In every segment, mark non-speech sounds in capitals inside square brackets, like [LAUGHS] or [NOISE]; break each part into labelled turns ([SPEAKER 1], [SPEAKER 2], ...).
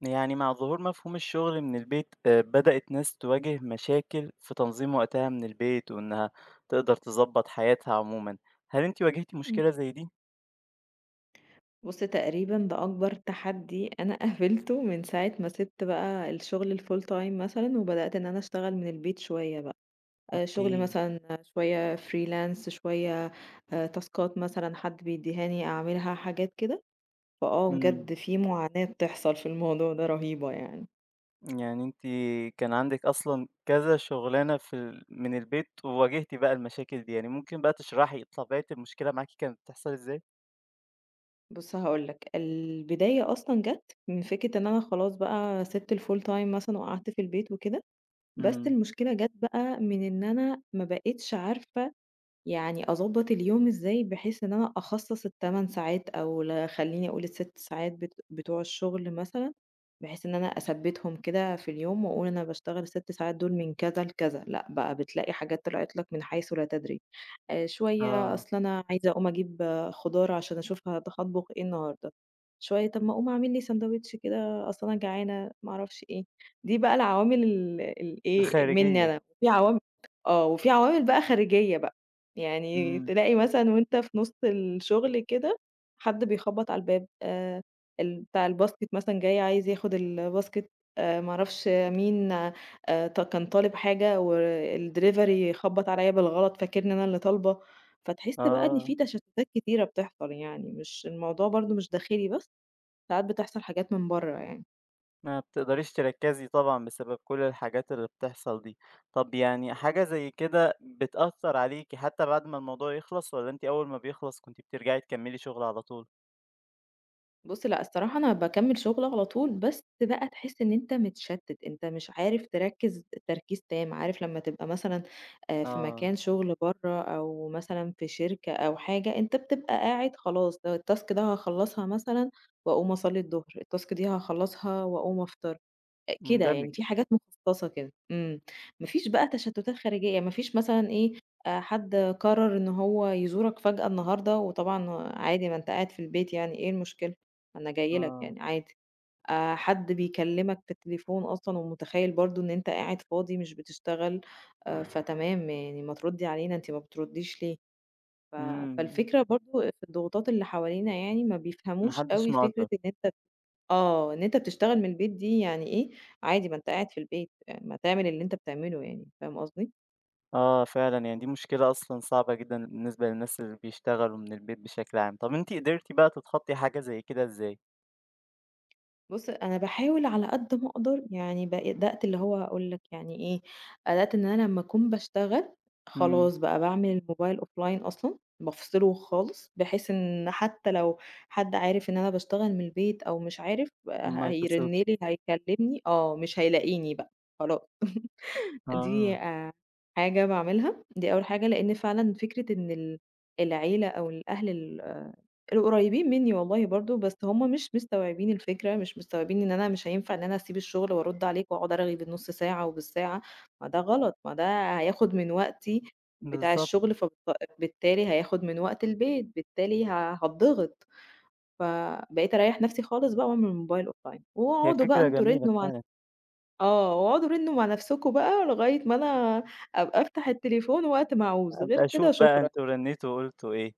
[SPEAKER 1] يعني مع ظهور مفهوم الشغل من البيت بدأت ناس تواجه مشاكل في تنظيم وقتها من البيت وإنها تقدر تظبط حياتها عموما هل انت واجهتي مشكلة
[SPEAKER 2] إمم.
[SPEAKER 1] زي دي؟
[SPEAKER 2] بُص تقريبًا ده أكبر تحدي أنا [LAUGHS] قابلته من ساعة ما سِبت بقى الشغل الfull time مثلًا، وبدأت إن أنا أشتغل من البيت شوية بقى،
[SPEAKER 1] اوكي
[SPEAKER 2] شغل مثلًا شوية freelance شوية تاسكات مثلًا حد بيدّيهاني أعملها، حاجات كده. فآه
[SPEAKER 1] امم
[SPEAKER 2] بجد في معاناة بتحصل في الموضوع ده رهيبة يعني.
[SPEAKER 1] يعني انت كان عندك أصلا كذا شغلانة من البيت وواجهتي بقى المشاكل دي يعني ممكن بقى تشرحي طبيعة المشكلة معاكي كانت بتحصل ازاي؟
[SPEAKER 2] بُص هاقول لك، البداية أصلًا جات من فكرة إن أنا خلاص بقى سِبت الfull time مثلًا وقعدت في البيت وكده، بس
[SPEAKER 1] امم
[SPEAKER 2] المشكلة جات بقى من إن أنا ما بقيتش عارفة يعني أضبّط اليوم إزاي بحيث إن أنا أخصّص ال8 ساعات أو خلّيني أقول ال6 ساعات بتوع الشغل مثلًا، بحيث إن أنا أثبّتهم كده في اليوم وأقول أنا باشتغل ال6 ساعات دول من كذا لكذا، لأ بقى بتلاقي حاجات طلعت لك من حيث لا تدري. شوية
[SPEAKER 1] اه
[SPEAKER 2] أصل أنا عايزة أقوم أجيب آه، خضار عشان أشوف هاطبخ إيه النهارده، شوية طب ما أقوم أعمل لي ساندوتش كده أصل أنا جعانة ما أعرفش إيه، دي بقى العوامل الإيه منّي
[SPEAKER 1] الخارجية
[SPEAKER 2] أنا، وفي عوامل آه، وفي عوامل بقى خارجية بقى، يعني
[SPEAKER 1] امم
[SPEAKER 2] تلاقي مثلًا وأنت في نُص الشغل كده حد بيخبط على الباب ال بتاع الباسكت مثلًا جاي عايز ياخد الباسكت، ما أعرفش مين، ط كان طالب حاجة والدليفري خبّط عليَّ بالغلط فاكرني أنا اللي طالبة، فتحس بقى إن
[SPEAKER 1] اه
[SPEAKER 2] في تشتتات كتيرة بتحصل يعني، مش الموضوع برضه مش داخلي بس، ساعات بتحصل حاجات من برّه يعني.
[SPEAKER 1] ما بتقدريش تركزي طبعًا بسبب كل الحاجات اللي بتحصل دي. طب يعني حاجة زي كده بتأثّر عليكِ حتى بعد ما الموضوع يخلص والّا أنتِ أول ما بيخلص كنتِ بترجعي تكمّلي شغل على طول؟
[SPEAKER 2] بُص لأ، الصراحة أنا باكمّل شغل على طول، بس بقى تحس إن أنت متشتت، أنت مش عارف تركّز تركيز تام، عارف لمّا تبقى مثلًا في
[SPEAKER 1] آه،
[SPEAKER 2] مكان شغل برّه أو مثلًا في شركة أو حاجة، أنت بتبقى قاعد خلاص الtask ده هاخلّصها مثلًا وأقوم أصلّي الضهر، الtask دي هاخلّصها وأقوم أفطر. أ كده
[SPEAKER 1] مندمج،
[SPEAKER 2] يعني في حاجات مخصصة كده، إمم، ما فيش بقى تشتتات خارجية، يعني ما فيش مثلًا إيه، حد قرر إن هو يزورك فجأة النهارده وطبعًا عادي ما أنت قاعد في البيت يعني إيه المشكلة؟ ما أنا جاي لك
[SPEAKER 1] آه،
[SPEAKER 2] يعني عادي، حد بيكلمك في التليفون أصلًا ومتخيل برضه إن أنت قاعد فاضي مش بتشتغل، فتمام يعني ما تردي علينا أنتِ ما بترديش ليه؟ ف
[SPEAKER 1] إمم،
[SPEAKER 2] فالفكرة برضه في الضغوطات اللي حوالينا يعني ما
[SPEAKER 1] ما
[SPEAKER 2] بيفهموش
[SPEAKER 1] حدش
[SPEAKER 2] أوي فكرة
[SPEAKER 1] مقدّر.
[SPEAKER 2] إن أنت آه، إن أنت بتشتغل من البيت دي يعني إيه، عادي ما أنت قاعد في البيت، ما تعمل اللي أنت بتعمله يعني، فاهم قصدي؟
[SPEAKER 1] آه فعلًا، يعني دي مشكلة أصلًا صعبة جدًا بالنسبة للناس اللي بيشتغلوا من البيت بشكل عام. طب أنتِ قدرتِ بقى تتخطّي حاجة زي كده إزاي؟
[SPEAKER 2] بُص، أنا باحاول على قد ما أقدر يعني بدأت اللي هو هاقول لك يعني إيه، بدأت إن أنا لمّا أكون باشتغل
[SPEAKER 1] إمم،
[SPEAKER 2] خلاص بقى باعمل الموبايل offline أصلًا، بافصله خالص، بحيث إن حتى لو حد عارف إن أنا باشتغل من البيت أو مش عارف،
[SPEAKER 1] ما
[SPEAKER 2] هيرن
[SPEAKER 1] يتصلش،
[SPEAKER 2] لي، هيكلمني، آه، مش هيلاقيني بقى خلاص. دي
[SPEAKER 1] آه،
[SPEAKER 2] حاجة باعملها، دي أول حاجة، لإن فعلًا فكرة إن العيلة أو الأهل القريبين منّي والله برضه، بس هُم مش مستوعبين الفكرة، مش مستوعبين إن أنا مش هينفع إن أنا أسيب الشغل وأرُد عليك وأقعد أرغي بالنُص ساعة وبالساعة، ما ده غلط، ما ده هياخد من وقتي بتاع
[SPEAKER 1] بالضبط،
[SPEAKER 2] الشغل، بالتالي هياخد من وقت البيت، بالتالي هاتضغط، فبقيت أريّح نَفْسي خالص بقى وأعمل الموبايل offline،
[SPEAKER 1] هي
[SPEAKER 2] واقعدوا بقى
[SPEAKER 1] فكرة
[SPEAKER 2] أنتم
[SPEAKER 1] جميلة
[SPEAKER 2] رنّوا
[SPEAKER 1] فعلًا،
[SPEAKER 2] آه، واقعدوا رنّوا مع نفسكم بقى لغاية ما أنا أبقى أفتح التليفون وقت ما أعوز، غير
[SPEAKER 1] أبقى أشوف
[SPEAKER 2] كده
[SPEAKER 1] بقى
[SPEAKER 2] شكرًا،
[SPEAKER 1] أنتم رنّيتوا وقُلتوا إيه.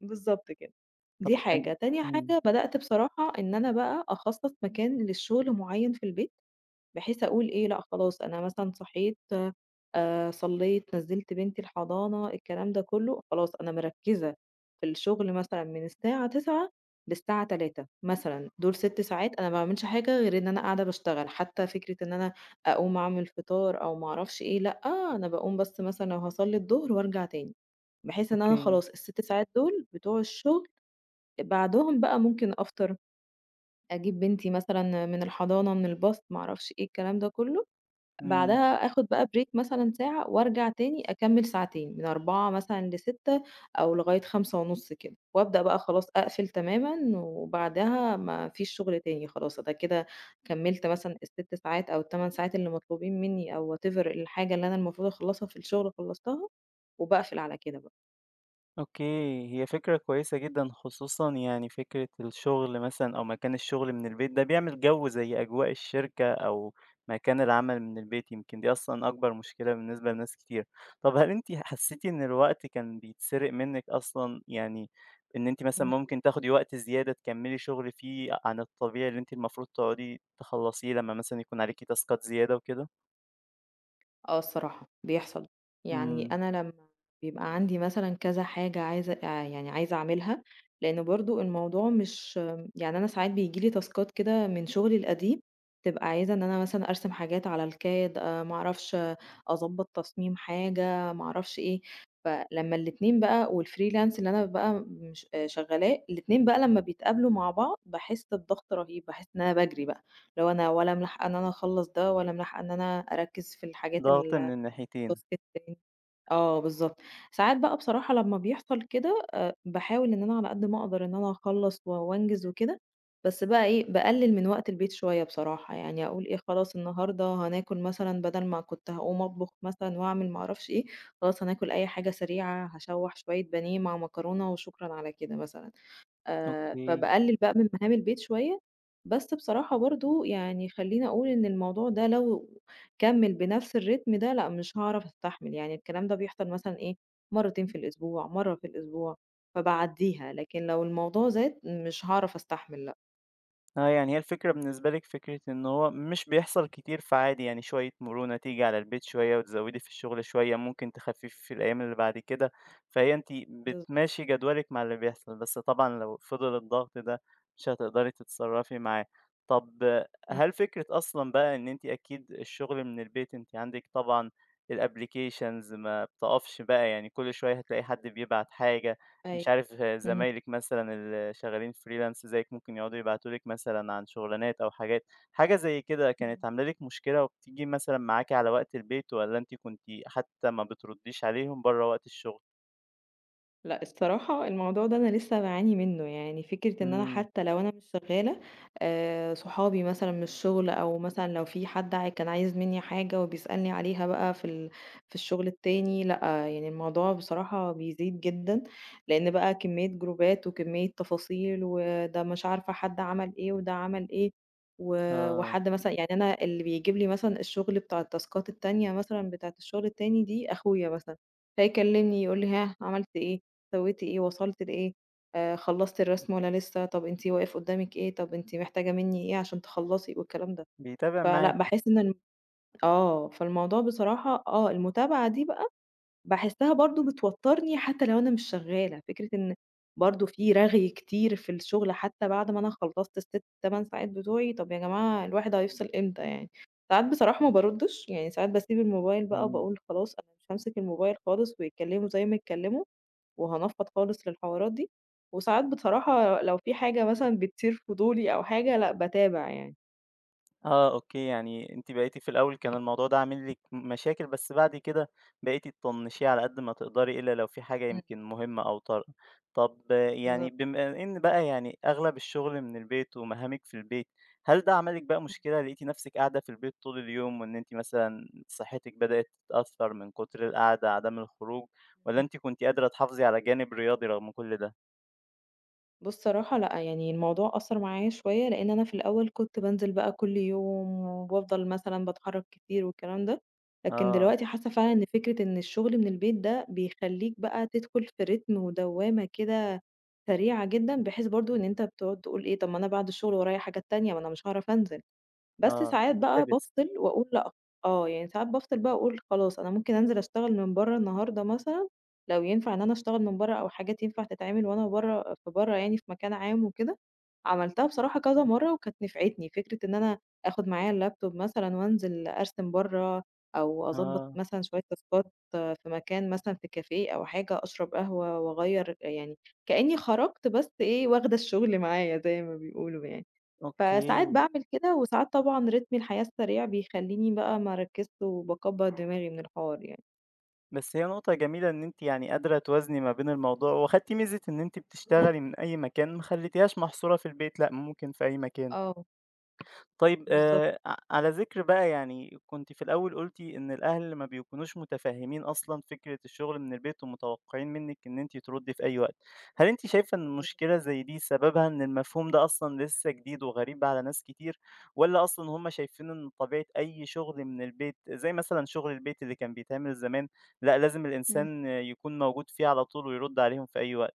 [SPEAKER 2] بالضبط كده. دي
[SPEAKER 1] طب أن
[SPEAKER 2] حاجة، تاني
[SPEAKER 1] إمم،
[SPEAKER 2] حاجة بدأت بصراحة إن أنا بقى أخصّص مكان للشغل معيّن في البيت، بحيث أقول إيه، لأ خلاص أنا مثلًا صحيت صلّيت، نزّلت بنتي الحضانة، الكلام ده كلّه، خلاص أنا مركّزة في الشغل مثلًا من الساعة 09:00 للساعة 15:00 مثلًا، دول 6 ساعات أنا ما باعملش حاجة غير إن أنا قاعدة باشتغل، حتى فكرة إن أنا أقوم أعمل فطار أو ما أعرفش إيه، لأ، أنا باقوم بس مثلًا لو هاصلّي الضهر وارجع تاني، بحيث إن أنا
[SPEAKER 1] أوكي،
[SPEAKER 2] خلاص ال6 ساعات دول بتوع الشغل، بعدهم بقى ممكن أفطر، أجيب بنتي مثلًا من الحضانة، من الباص، ما أعرفش إيه، الكلام ده كلّه،
[SPEAKER 1] إمم،
[SPEAKER 2] بعدها آخد بقى break مثلًا ساعة وأرجع تاني أكمّل ساعتين، من 16:00 مثلًا ل18:00 أو لغاية 17:30 كده، وأبدأ بقى خلاص أقفل تمامًا وبعدها ما فيش شغل تاني خلاص، أنا كده كمّلت مثلًا ال6 ساعات أو ال8 ساعات اللي مطلوبين منّي أو whatever الحاجة اللي أنا المفروض أخلّصها في الشغل خلّصتها، وباقفل على كده بقى.
[SPEAKER 1] أوكي، هي فكرة كويسة جدًا، خصوصًا يعني فكرة الشغل مثلًا أو مكان الشغل من البيت ده بيعمل جو زي أجواء الشركة أو مكان العمل من البيت، يمكن دي أصلًا أكبر مشكلة بالنسبة لناس كتير. طب هل أنتِ حسيتِ إن الوقت كان بيتسرق منِك أصلًا، يعني إن أنتِ مثلًا
[SPEAKER 2] إمم.
[SPEAKER 1] ممكن تاخدي وقت زيادة تكملي شغل فيه عن الطبيعي اللي أنتِ المفروض تقعدي تخلصيه لما مثلًا يكون عليكِ تاسكات زيادة وكده؟
[SPEAKER 2] آه الصراحة، بيحصل. يعني
[SPEAKER 1] إمم،
[SPEAKER 2] أنا لمّا بيبقى عندي مثلًا كذا حاجة عايزة يعني عايزة أعملها، لإن برضه الموضوع مش يعني، أنا ساعات بييجي لي تاسكات كده من شغلي القديم، تبقى عايزة إن أنا مثلًا أرسم حاجات على الCAD ما أعرفش أضبّط تصميم حاجة، ما أعرفش إيه، فلمّا الاتنين بقى والfreelance اللي أنا بقى مش آه، شغّالاه، الاتنين بقى لمّا بيتقابلوا مع بعض باحس بضغط رهيب، باحس إن أنا باجري بقى. اللي هو أنا ولا ملاحقة إن أنا أخلّص ده، ولا ملاحقة إن أنا أركّز في الحاجات
[SPEAKER 1] ضغط من
[SPEAKER 2] ال،
[SPEAKER 1] الناحيتين،
[SPEAKER 2] آه بالضبط. ساعات بقى بصراحة لمّا بيحصل كده، باحاول إن أنا على قد ما أقدر إن أنا أخلّص وأنجز وكده، بس بقى إيه، باقلل من وقت البيت شوية بصراحة، يعني أقول إيه خلاص النهارده هناكل مثلًا بدل ما كنت هاقوم أطبخ مثلًا وأعمل ما أعرفش إيه، خلاص هناكل أي حاجة سريعة، هاشوّح شوية بانيه مع مكرونة وشكرًا على كده مثلًا.
[SPEAKER 1] أوكي.
[SPEAKER 2] فباقلل بقى من مهام البيت شوية، بس بصراحة برضه يعني خلّيني أقول إن الموضوع ده لو كمّل بنفس الريتم ده لأ، مش هاعرف أستحمل، يعني الكلام ده بيحصل مثلًا إيه، مرتين في الأسبوع، مرّة في الأسبوع، فباعدّيها، لكن لو الموضوع زاد مش هاعرف أستحمل لأ.
[SPEAKER 1] آه، يعني هي الفكرة بالنسبة لِك فكرة إن هو مش بيحصل كتير، فعادي يعني شوية مرونة تيجي
[SPEAKER 2] إمم.
[SPEAKER 1] على البيت شوية وتزوّدي في الشغل شوية، ممكن تخفّفي في الأيام اللي بعد كده، فهي أنتِ
[SPEAKER 2] بالضبط.
[SPEAKER 1] بتماشي جدولِك مع اللي بيحصل، بس طبعًا لو فضل الضغط ده مش هتقدري تتصرّفي معاه. طَب
[SPEAKER 2] إمم.
[SPEAKER 1] هل فكرة أصلًا بقى إن أنتِ أكيد الشغل من البيت، أنتِ عندِك طبعًا الapplications ما بتقفش بقى، يعني كل شوية هتلاقي حد بيبعت حاجة، مش
[SPEAKER 2] أيوه.
[SPEAKER 1] عارف
[SPEAKER 2] إمم.
[SPEAKER 1] زمايلِك مثلًا اللي شغالين freelance زيِّك ممكن يقعدوا يبعتوا لِك مثلًا عن شغلانات أو حاجات، حاجة زي كده كانت
[SPEAKER 2] إمم.
[SPEAKER 1] عاملة لِك مشكلة وبتيجي مثلًا معاكِ على وقت البيت والّا أنتِ كنتِ حتى ما بترديش عليهم برّه وقت الشغل؟
[SPEAKER 2] لأ، الصراحة الموضوع ده أنا لسه باعاني منّه، يعني فكرة إن أنا
[SPEAKER 1] إمم،
[SPEAKER 2] حتى لو أنا مش شغّالة، صحابي مثلًا من الشغل أو مثلًا لو في حد عاي كان عايز منّي حاجة وبيسألني عليها بقى في الشغل التاني، لأ، يعني الموضوع بصراحة بيزيد جدًا، لإن بقى كمية جروبات وكمية تفاصيل وده مش عارفة حد عمل إيه وده عمل إيه، و
[SPEAKER 1] آه،
[SPEAKER 2] وحد مثلًا يعني أنا اللي بيجيب لي مثلًا الشغل بتاع التاسكات التانية مثلًا بتاعة الشغل التاني دي أخويا مثلًا، فيكلمني يقول لي: "ها عملت إيه؟" سويتِ إيه، وصلتِ لإيه، خلّصتِ الرسم والّا لسه، طب أنتِ واقف قدّامِك إيه، طب أنتِ محتاجة منّي إيه عشان تخلّصي والكلام ده.
[SPEAKER 1] بيتابع معاكِ،
[SPEAKER 2] فلأ، باحس إن الم آه، فالموضوع بصراحة آه، المتابعة دي بقى باحسّها برضه بتوتّرني حتى لو أنا مش شغّالة، فكرة إن برضه في رغي كتير في الشغل حتى بعد ما أنا خلّصت ال6، 8 ساعات بتوعي، طب يا جماعة الواحد هيفصل إمتى يعني؟ ساعات بصراحة ما باردّش، يعني ساعات باسيب الموبايل بقى
[SPEAKER 1] إمم.
[SPEAKER 2] وباقول خلاص أنا مش هامسك الموبايل خالص ويتكلّموا زي ما يتكلّموا وهانفّض خالص للحوارات دي، وساعات بصراحة لو في حاجة مثلًا بتثير فضولي أو حاجة لأ، باتابع يعني.
[SPEAKER 1] آه أوكي، يعني أنتِ بقيتِ في الأول كان الموضوع ده عامل لِك مشاكل، بس بعد كده بقيتِ تطنّشيه على قد ما تقدري إلا لو في حاجة
[SPEAKER 2] إمم.
[SPEAKER 1] يمكن مهمة أو طارئة. طب يعني
[SPEAKER 2] بالضبط.
[SPEAKER 1] بما إن بقى يعني أغلب الشغل من البيت ومهامِك في البيت، هل ده عمل لِك بقى
[SPEAKER 2] إمم.
[SPEAKER 1] مشكلة، لقيتِ نفسِك قاعدة في البيت طول اليوم وإن أنتِ مثلًا صحتِك بدأت تتأثّر من كتر القعدة، عدم الخروج، والّا أنتِ كنتِ قادرة تحافظي على جانب رياضي رغم كل ده؟
[SPEAKER 2] بُص صراحة لأ، يعني الموضوع أثّر معايا شوية، لإن أنا في الأول كنت بانزل بقى كل يوم وبافضل مثلًا باتحرّك كتير والكلام ده، لكن
[SPEAKER 1] آه،
[SPEAKER 2] دلوقتي حاسّة فعلًا إن فكرة إن الشغل من البيت ده بيخلّيك بقى تدخل في رتم ودوّامة كده سريعة جدًا، بحيث برضه إن أنت بتقعد تقول إيه، طب ما أنا بعد الشغل ورايا حاجات تانية، ما أنا مش هاعرف أنزل. بس
[SPEAKER 1] آه،
[SPEAKER 2] ساعات بقى
[SPEAKER 1] بتحبس.
[SPEAKER 2] بافصل وأقول لأ، آه، يعني ساعات بافصل بقى وأقول خلاص أنا ممكن أنزل أشتغل من برّه النهارده مثلًا، لو ينفع إن أنا أشتغل من برّه أو حاجات ينفع تتعمل وأنا برّه في برّه يعني في مكان عام وكده، عملتها بصراحة كذا مرّة وكانت نفعتني، فكرة إن أنا آخد معايا اللابتوب مثلًا وأنزل أرسم برّه أو أضبّط
[SPEAKER 1] آه،
[SPEAKER 2] مثلًا شوية تاسكات في مكان مثلًا في كافيه أو حاجة، أشرب قهوة وأغيّر يعني كإني خرجت بس إيه واخدة الشغل معايا زي ما بيقولوا يعني. فساعات
[SPEAKER 1] أوكي.
[SPEAKER 2] باعمل كده، وساعات طبعًا رتم الحياة السريع بيخلّيني بقى ما أركّزش وباكبّر دماغي من الحوار يعني.
[SPEAKER 1] بس هي نقطة جميلة إن أنتِ يعني قادرة توازني ما بين الموضوع، واخدتِ ميزة إن أنتِ بتشتغلي من أي مكان، ما خليتيهاش محصورة في البيت، لأ ممكن في أي مكان.
[SPEAKER 2] آه،
[SPEAKER 1] طيب
[SPEAKER 2] بالضبط،
[SPEAKER 1] ع على ذِكر بقى يعني كنتِ في الأول قُلتِ إن الأهل ما بيكونوش متفهّمين أصلًا فكرة الشغل من البيت ومتوقّعين منِّك إن أنتِ تردّي في أي وقت. هل أنتِ شايفة إن
[SPEAKER 2] بالضبط.
[SPEAKER 1] مشكلة زي دي سببها إن المفهوم ده أصلًا لسّه جديد وغريب على ناس كتير والّا أصلًا هم شايفين إن طبيعة أي شغل من البيت زي مثلًا شغل البيت اللي كان بيتعمل زمان، لأ لازم
[SPEAKER 2] إمم.
[SPEAKER 1] الإنسان يكون موجود فيه على طول ويرُد عليهم في أي وقت؟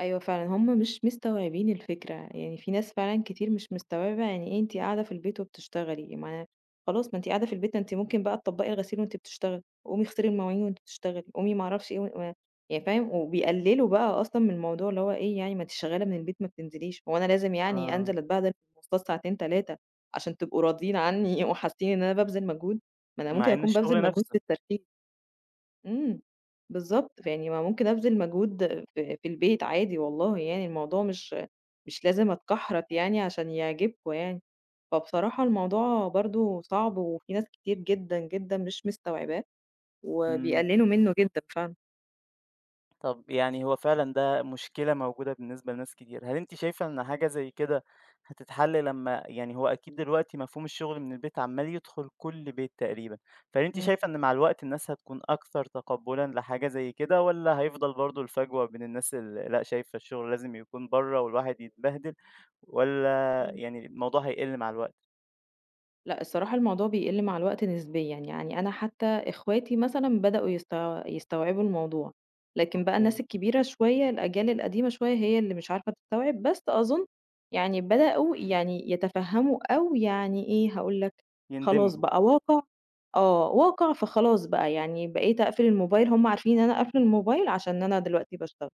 [SPEAKER 2] أيوه فعلًا، هم مش مستوعبين الفكرة، يعني في ناس فعلًا كتير مش مستوعبة يعني إيه أنتِ قاعدة في البيت وبتشتغلي، ما خلاص ما أنتِ قاعدة في البيت، ما أنتِ ممكن بقى تطبّقي الغسيل وأنتِ بتشتغلي، قومي اغسلي المواعين وأنتِ بتشتغلي، قومي ما أعرفش إيه و يعني فاهم؟ وبيقللوا بقى أصلًا من الموضوع اللي هو إيه يعني ما أنتِ شغالة من البيت ما بتنزليش، هو أنا لازم يعني
[SPEAKER 1] آه.
[SPEAKER 2] أنزل أتبهدل في المواصلات ساعتين 3 عشان تبقوا راضيين عني [LAUGHS] وحاسين إن أنا بابذل مجهود؟ ما أنا
[SPEAKER 1] مع
[SPEAKER 2] ممكن
[SPEAKER 1] إن
[SPEAKER 2] أكون بابذل
[SPEAKER 1] الشغل
[SPEAKER 2] مجهود
[SPEAKER 1] نَفْسه.
[SPEAKER 2] في الترفيه. إمم، بالضبط، فيعني ما ممكن أبذل مجهود في البيت عادي والله يعني، الموضوع مش لازم أتكحرت يعني عشان يعجبكم يعني، فبصراحة الموضوع برضه صعب وفي ناس كتير جدًا، جدًا مش مستوعباه
[SPEAKER 1] إمم.
[SPEAKER 2] وبيقللوا منه جدًا فعلًا.
[SPEAKER 1] طب يعني هو فعلًا ده مشكلة موجودة بالنسبة لناس كتير، هل أنتِ شايفة إن حاجة زي كده هتتحل لمّا يعني هو أكيد دلوقتي مفهوم الشغل من البيت عمّال يدخل كل بيت تقريبًا، فهل أنتِ
[SPEAKER 2] إمم.
[SPEAKER 1] شايفة إن مع الوقت الناس هتكون أكثر تقبُّلًا لحاجة زي كده والّا هيفضل برضه الفجوة بين الناس اللي لأ شايفة الشغل لازم يكون برّه والواحد يتبهدل والّا
[SPEAKER 2] إمم.
[SPEAKER 1] يعني الموضوع هيقِل مع الوقت؟
[SPEAKER 2] لأ، الصراحة الموضوع بيقِل مع الوقت نسبيًا، يعني أنا حتى إخواتي مثلًا بدأوا يستوعبوا الموضوع، لكن بقى
[SPEAKER 1] إمم.
[SPEAKER 2] الناس الكبيرة شوية، الأجيال القديمة شوية هي اللي مش عارفة تستوعب، بس أظُن يعني بدأوا يعني يتفهّموا أو يعني إيه، هاقول لك خلاص
[SPEAKER 1] يندمجوا،
[SPEAKER 2] بقى واقع آه، واقع فخلاص بقى يعني بقيت أقفل الموبايل، هُم عارفين إن أنا قافلة الموبايل عشان أنا دلوقتي باشتغل.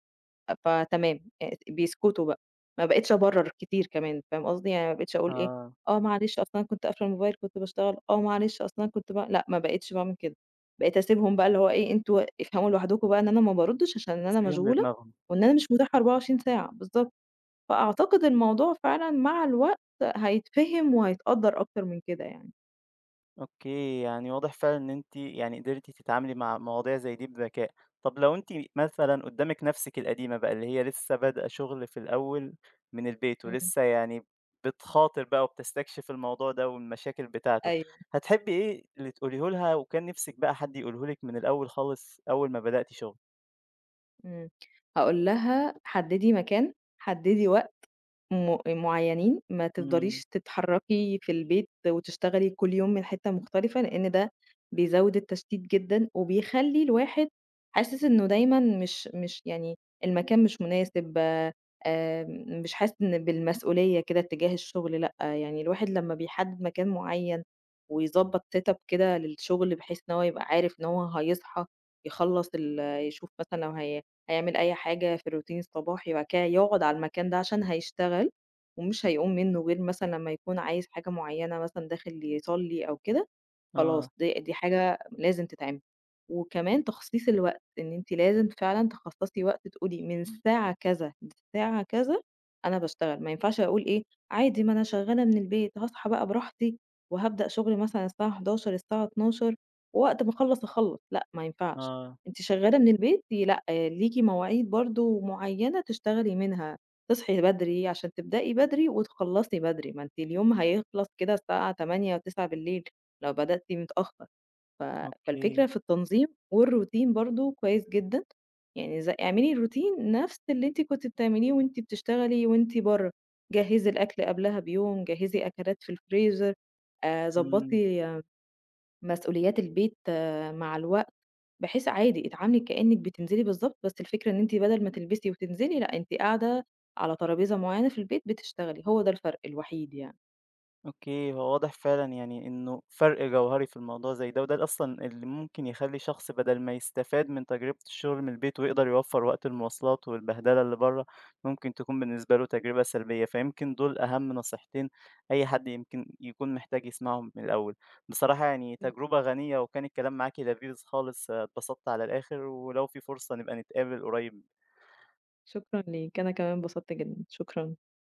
[SPEAKER 2] فتمام، بيسكتوا بقى، ما بقيتش أبرّر كتير كمان، فاهم قصدي؟ يعني ما بقيتش أقول إيه،
[SPEAKER 1] آه،
[SPEAKER 2] آه معلش أصل أنا كنت قافلة الموبايل كنت باشتغل، آه معلش أصل أنا كنت لأ، ما بقيتش باعمل كده، بقيت أسيبهم بقى اللي هو إيه، أنتم افهموا لوحدكم بقى إن أنا ما بارُدّش عشان أنا
[SPEAKER 1] تسيبيهم
[SPEAKER 2] مشغولة،
[SPEAKER 1] لدماغهم.
[SPEAKER 2] وإن أنا مش متاحة 24 ساعة، بالضبط، فأعتقد الموضوع فعلًا مع الوقت هيتفهم وهيتقدّر أكتر من كده يعني.
[SPEAKER 1] أوكي، يعني واضح فعلًا إن أنتِ يعني قدرتِ تتعاملي مع مواضيع زي دي بذكاء. طب لو أنتِ مثلًا قدّامِك نَفْسِك القديمة بقى اللي هي لسه بادئة شغل في الأول من البيت
[SPEAKER 2] إمم،
[SPEAKER 1] ولسه يعني بتخاطر بقى وبتستكشف الموضوع ده والمشاكل بتاعته،
[SPEAKER 2] أيوه،
[SPEAKER 1] هتحبّي إيه اللي تقوليه لها وكان نِفْسِك بقى حد يقوله لِك من الأول خالص أول ما بدأتِ شغل؟
[SPEAKER 2] إمم، هاقول لها حدّدي مكان، حدّدي وقت. معيّنين، ما
[SPEAKER 1] إمم،
[SPEAKER 2] تفضليش تتحرّكي في البيت وتشتغلي كل يوم من حتّة مختلفة، لإن ده بيزوّد التشتيت جدًا، وبيخلّي الواحد حاسس إنه دايمًا مش يعني المكان مش مناسب، مش حاسس إن بالمسؤولية كده تجاه الشغل، لأ، يعني الواحد لمّا بيحدّد مكان معيّن ويضبّط setup كده للشغل بحيث إن هو يبقى عارف إن هو هيصحى يخلّص يشوف مثلًا لو هي هيعمل أي حاجة في الروتين الصباحي وبعد كده يقعد على المكان ده عشان هيشتغل ومش هيقوم منه غير مثلًا لمّا يكون عايز حاجة معيّنة مثلًا داخل يصلّي أو كده، خلاص
[SPEAKER 1] آه،
[SPEAKER 2] دي حاجة لازم تتعمل. وكمان تخصيص الوقت، إن أنتِ لازم فعلًا تخصصي وقت تقولي من الساعة كذا للساعة كذا أنا باشتغل، ما ينفعش أقول إيه عادي ما أنا شغالة من البيت هاصحى بقى براحتي وهابدأ شغلي مثلًا الساعة 11:00 الساعة 12:00 ووقت ما أخلّص أخلّص، لأ ما ينفعش.
[SPEAKER 1] آه،
[SPEAKER 2] أنتِ شغالة من البيت لأ، ليكِ مواعيد برضه معيّنة تشتغلي منها، تصحي بدري عشان تبدئي بدري وتخلّصي بدري، ما أنتِ اليوم هيخلص كده الساعة 20:00 21:00. لو بدأتِ متأخر، ف
[SPEAKER 1] أوكي،
[SPEAKER 2] فالفكرة في التنظيم والروتين برضه كويس جدًا، يعني اعملي الروتين نفس اللي أنتِ كنتِ بتعمليه وأنتِ بتشتغلي وأنتِ برّه، جهّزي الأكل قبلها بيوم، جهّزي أكلات في الفريزر،
[SPEAKER 1] إمم.
[SPEAKER 2] ضبّطي مسؤوليات البيت آه، مع الوقت، بحيث عادي اتعاملي كإنِّك بتنزلي بالضبط، بس الفكرة إن أنتِ بدل ما تلبسي وتنزلي، لأ أنتِ قاعدة على ترابيزة معيّنة في البيت بتشتغلي، هو ده الفرق الوحيد يعني.
[SPEAKER 1] أوكي، هو واضح فعلًا يعني إنه فرق جوهري في الموضوع زي ده، وده أصلًا اللي ممكن يخلّي شخص بدل ما يستفاد من تجربة الشغل من البيت ويقدر يوفّر وقت المواصلات والبهدلة اللي برّه، ممكن تكون بالنسبة له تجربة سلبية، فيمكن دول أهم نصيحتين أي حد يمكن يكون محتاج يسمعهم من الأول. بصراحة يعني
[SPEAKER 2] بالض
[SPEAKER 1] تجربة غنية، وكان الكلام معاكِ لذيذ خالص، اتبسطت على الآخر، ولو في فرصة نبقى نتقابل قريب.
[SPEAKER 2] شكرًا ليك، أنا كمان انبسطت جدًا، شكرًا.